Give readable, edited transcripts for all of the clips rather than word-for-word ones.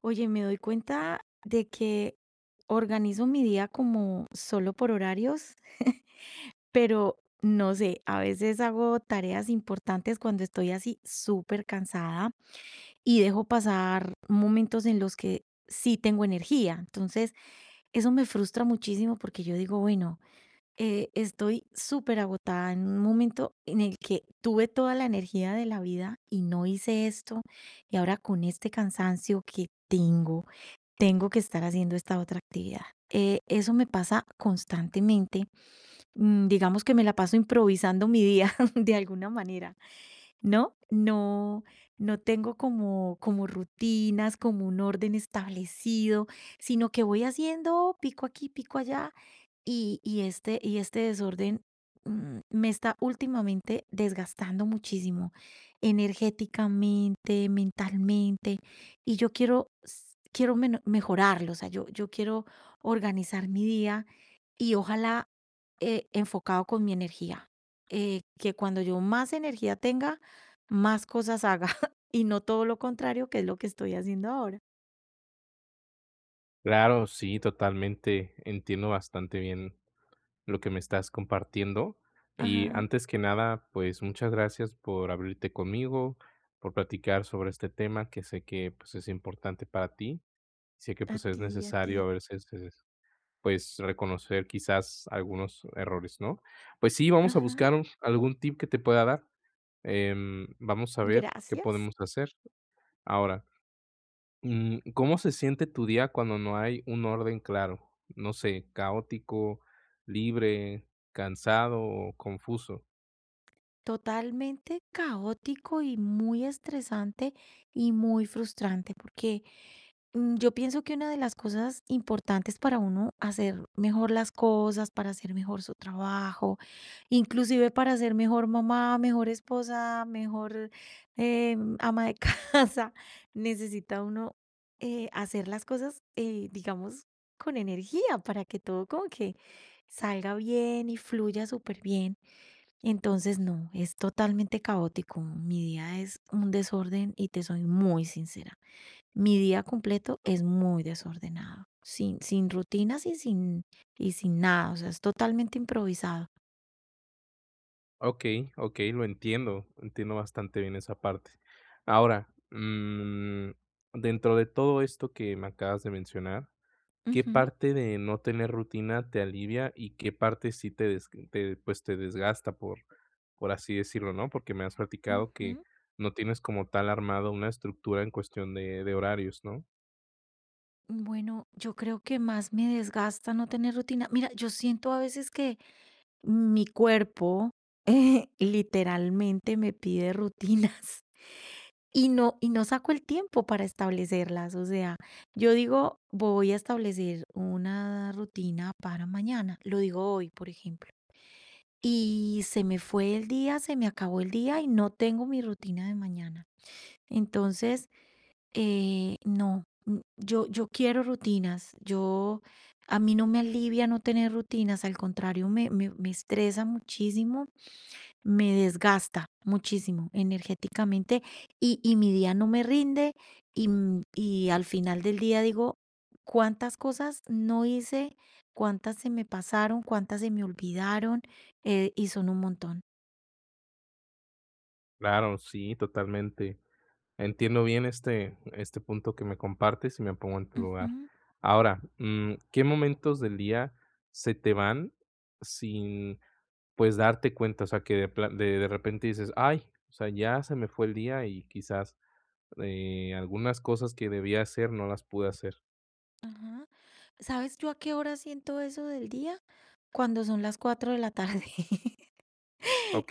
Oye, me doy cuenta de que organizo mi día como solo por horarios, pero no sé, a veces hago tareas importantes cuando estoy así súper cansada y dejo pasar momentos en los que sí tengo energía. Entonces, eso me frustra muchísimo porque yo digo, bueno, estoy súper agotada en un momento en el que tuve toda la energía de la vida y no hice esto y ahora con este cansancio que tengo que estar haciendo esta otra actividad. Eso me pasa constantemente. Digamos que me la paso improvisando mi día de alguna manera. ¿No? No, no tengo como rutinas, como un orden establecido, sino que voy haciendo pico aquí, pico allá, y este desorden me está últimamente desgastando muchísimo, energéticamente, mentalmente, y yo quiero, quiero mejorarlo, o sea, yo quiero organizar mi día y ojalá enfocado con mi energía. Que cuando yo más energía tenga, más cosas haga y no todo lo contrario, que es lo que estoy haciendo ahora. Claro, sí, totalmente. Entiendo bastante bien lo que me estás compartiendo. Y Ajá, antes que nada, pues muchas gracias por abrirte conmigo, por platicar sobre este tema que sé que pues es importante para ti. Sé que a pues es ti, a ti. necesario a veces pues reconocer quizás algunos errores, ¿no? Pues sí, vamos a Ajá, buscar algún tip que te pueda dar. Vamos a ver qué gracias. podemos hacer ahora. ¿Cómo se siente tu día cuando no hay un orden claro? No sé, caótico, libre, cansado o confuso. Totalmente caótico y muy estresante y muy frustrante, porque yo pienso que una de las cosas importantes para uno hacer mejor las cosas, para hacer mejor su trabajo, inclusive para ser mejor mamá, mejor esposa, mejor ama de casa, necesita uno hacer las cosas, digamos, con energía para que todo como que salga bien y fluya súper bien. Entonces, no, es totalmente caótico. Mi día es un desorden y te soy muy sincera. Mi día completo es muy desordenado, sin rutinas y sin nada, o sea, es totalmente improvisado. Okey, okey, lo entiendo, entiendo bastante bien esa parte. Ahora, dentro de todo esto que me acabas de mencionar, ¿qué Ujú, parte de no tener rutina te alivia y qué parte sí pues, te desgasta, por así decirlo, ¿no? Porque me has platicado que ujú. no tienes como tal armado una estructura en cuestión de horarios, ¿no? Bueno, yo creo que más me desgasta no tener rutina. Mira, yo siento a veces que mi cuerpo literalmente me pide rutinas y no saco el tiempo para establecerlas. O sea, yo digo, voy a establecer una rutina para mañana. Lo digo hoy, por ejemplo. Y se me fue el día, se me acabó el día y no tengo mi rutina de mañana. Entonces, no, yo quiero rutinas. A mí no me alivia no tener rutinas, al contrario, me estresa muchísimo, me desgasta muchísimo energéticamente y mi día no me rinde y al final del día digo, cuántas cosas no hice, cuántas se me pasaron, cuántas se me olvidaron y son un montón. Claro, sí, totalmente. Entiendo bien este punto que me compartes y me pongo en tu lugar. Ujú, Ahora, ¿qué momentos del día se te van sin, pues, darte cuenta? O sea, que de pla de repente dices: "Ay, o sea, ya se me fue el día", y quizás algunas cosas que debía hacer no las pude hacer. ajá. ¿Sabes yo a qué hora siento eso del día? Cuando son las 4 de la tarde.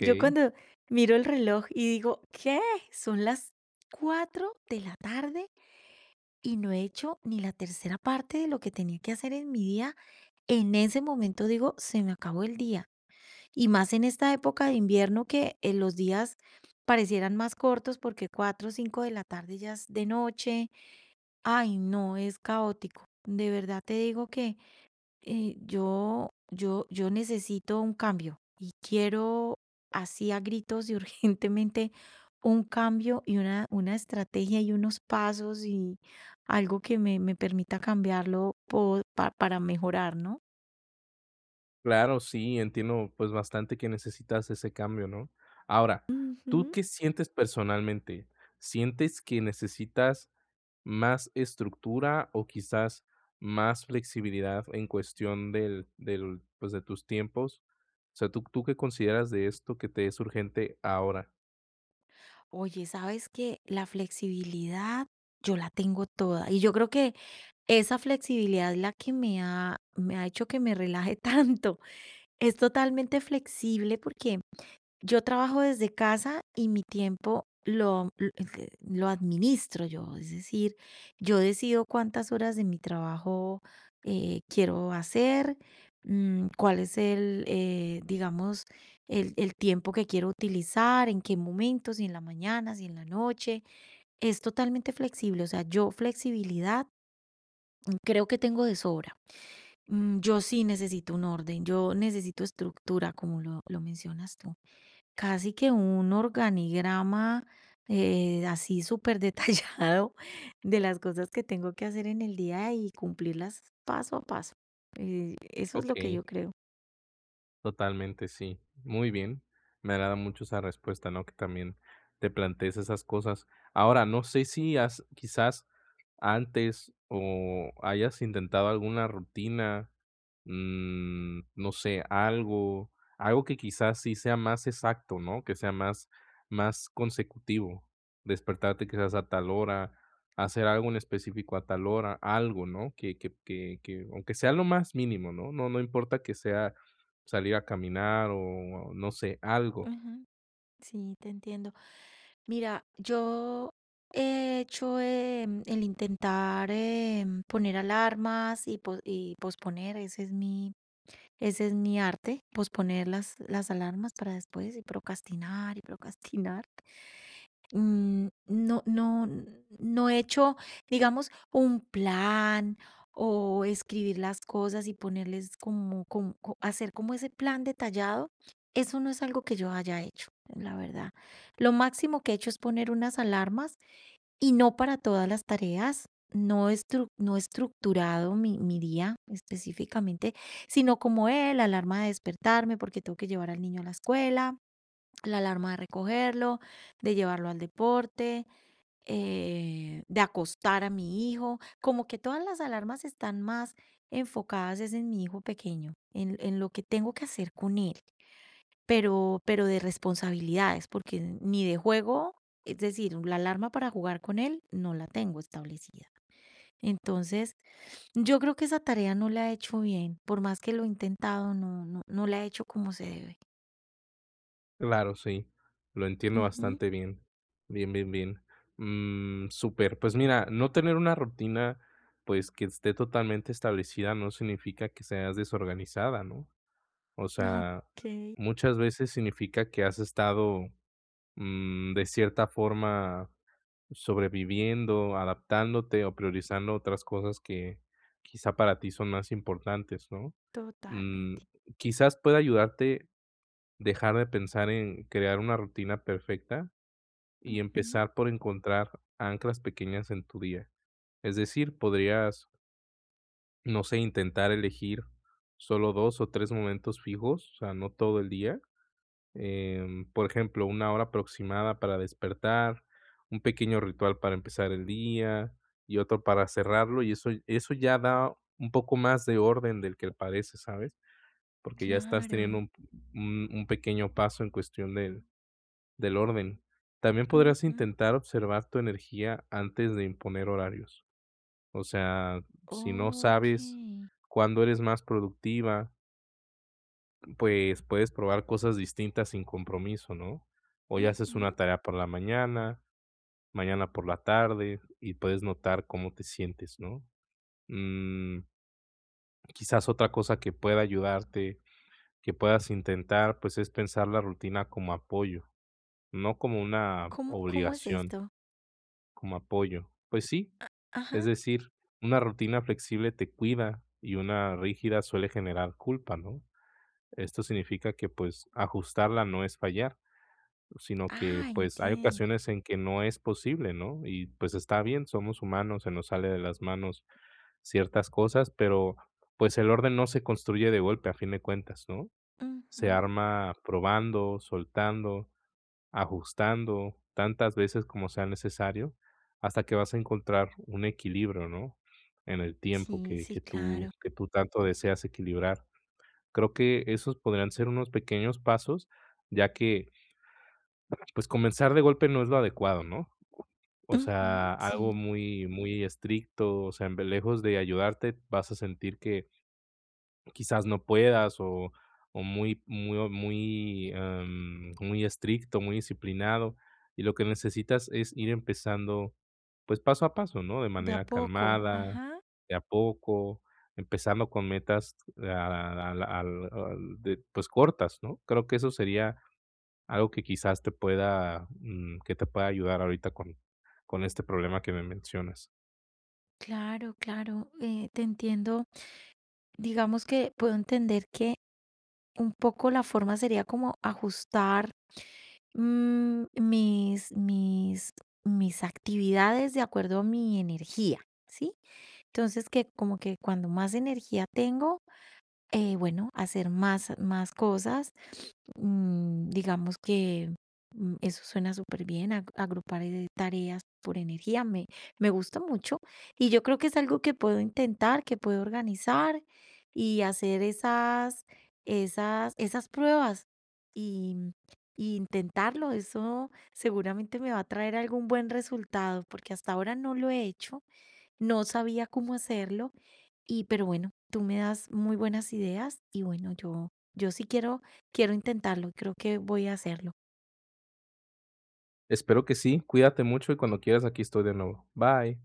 Yo cuando miro el reloj y digo, ¿qué? Son las 4 de la tarde y no he hecho ni la tercera parte de lo que tenía que hacer en mi día. En ese momento digo, se me acabó el día. Y más en esta época de invierno que los días parecieran más cortos porque 4 o cinco de la tarde ya es de noche. Ay, no, es caótico. De verdad te digo que yo necesito un cambio y quiero así a gritos y urgentemente un cambio y una estrategia y unos pasos y algo que me permita cambiarlo para mejorar, ¿no? claro, sí, entiendo, pues, bastante que necesitas ese cambio, ¿no? Ahora, ¿tú Ujú, qué sientes personalmente? ¿Sientes que necesitas más estructura o quizás más flexibilidad en cuestión pues, de tus tiempos? O sea, ¿tú qué consideras de esto que te es urgente ahora? oye, sabes que la flexibilidad yo la tengo toda y yo creo que esa flexibilidad es la que me ha hecho que me relaje tanto. Es totalmente flexible porque yo trabajo desde casa y mi tiempo lo administro yo, es decir, yo decido cuántas horas de mi trabajo quiero hacer, cuál es el, digamos, el tiempo que quiero utilizar, en qué momentos, si en la mañana, si en la noche. Es totalmente flexible, o sea, yo flexibilidad creo que tengo de sobra. Yo sí necesito un orden, yo necesito estructura, como lo mencionas tú. Casi que un organigrama, así súper detallado de las cosas que tengo que hacer en el día y cumplirlas paso a paso. Eso es lo que Okey. yo creo. Totalmente, sí. Muy bien. Me agrada mucho esa respuesta, ¿no? Que también te plantees esas cosas. Ahora, no sé si has quizás antes o hayas intentado alguna rutina. No sé, algo que quizás sí sea más exacto, ¿no? Que sea más consecutivo. Despertarte quizás a tal hora, hacer algo en específico a tal hora, algo, ¿no? Que aunque sea lo más mínimo, ¿no? No importa que sea salir a caminar o no sé, algo. Ujú. Sí, te entiendo. Mira, yo he hecho el intentar poner alarmas y posponer, ese es mi, arte, posponer las alarmas para después y procrastinar y procrastinar. No he hecho, digamos, un plan o escribir las cosas y ponerles hacer como ese plan detallado, eso no es algo que yo haya hecho, la verdad. Lo máximo que he hecho es poner unas alarmas y no para todas las tareas. No, no he estructurado mi día específicamente, sino como él, la alarma de despertarme porque tengo que llevar al niño a la escuela, la alarma de recogerlo, de llevarlo al deporte, de acostar a mi hijo. Como que todas las alarmas están más enfocadas es en mi hijo pequeño, en lo que tengo que hacer con él, pero de responsabilidades, porque ni de juego, es decir, la alarma para jugar con él no la tengo establecida. Entonces, yo creo que esa tarea no la he hecho bien, por más que lo he intentado, no la he hecho como se debe. Claro, sí, lo entiendo Ujú. bastante bien. Bien, bien, bien. Súper. Pues mira, no tener una rutina, pues que esté totalmente establecida no significa que seas desorganizada, ¿no? O sea, Okey, muchas veces significa que has estado, de cierta forma, sobreviviendo, adaptándote o priorizando otras cosas que quizá para ti son más importantes, ¿no? Mm, totalmente. Quizás pueda ayudarte dejar de pensar en crear una rutina perfecta y Ujú. empezar por encontrar anclas pequeñas en tu día. Es decir, podrías, no sé, intentar elegir solo 2 o 3 momentos fijos, o sea, no todo el día. Por ejemplo, una hora aproximada para despertar, un pequeño ritual para empezar el día y otro para cerrarlo, y eso ya da un poco más de orden del que parece, ¿sabes? Porque ya estás teniendo Claro. un un pequeño paso en cuestión de del orden. También podrías Ujú. intentar observar tu energía antes de imponer horarios. O sea, si no sabes Okey. cuándo eres más productiva, pues puedes probar cosas distintas sin compromiso, ¿no? Hoy haces una Ujú. tarea por la mañana, mañana por la tarde, y puedes notar cómo te sientes, ¿no? Mm, Quizás otra cosa que pueda ayudarte, que puedas intentar, pues es pensar la rutina como apoyo, no como una ¿Cómo es obligación. esto? Como apoyo. Pues sí, es Ajá. decir, una rutina flexible te cuida y una rígida suele generar culpa, ¿no? Esto significa que pues ajustarla no es fallar, sino que Ah, pues hay entiendo. ocasiones en que no es posible, ¿no? Y pues está bien, somos humanos, se nos sale de las manos ciertas cosas, pero pues el orden no se construye de golpe a fin de cuentas, ¿no? Se Ujú. arma probando, soltando, ajustando tantas veces como sea necesario, hasta que vas a encontrar un equilibrio, ¿no? En el tiempo Sí, que sí, claro. Tú tanto deseas equilibrar. Creo que esos podrían ser unos pequeños pasos, ya que, pues, comenzar de golpe no es lo adecuado, ¿no? O Ujú, sea, algo sí. muy muy estricto, o sea, en vez, lejos de ayudarte, vas a sentir que quizás no puedas o muy muy muy, muy estricto, muy disciplinado, y lo que necesitas es ir empezando, pues, paso a paso, ¿no? De De a manera poco, calmada, ajá. de a poco, empezando con metas a al al al de pues, cortas, ¿no? Creo que eso sería algo que quizás te pueda, que te pueda ayudar ahorita con este problema que me mencionas. Claro, claro, te entiendo. Digamos que puedo entender que un poco la forma sería como ajustar mm, mis, mis, mis, actividades de acuerdo a mi energía, ¿sí? Entonces que como que cuando más energía tengo, bueno, hacer más cosas, digamos que, eso suena superbién, ag agrupar, tareas por energía, me gusta mucho, y yo creo que es algo que puedo intentar, que puedo organizar y hacer esas esas pruebas y y intentarlo, eso seguramente me va a traer algún buen resultado, porque hasta ahora no lo he hecho, no sabía cómo hacerlo, pero bueno, tú me das muy buenas ideas y bueno, yo sí quiero intentarlo, creo que voy a hacerlo. Espero que sí, cuídate mucho y cuando quieras aquí estoy de nuevo. Bye.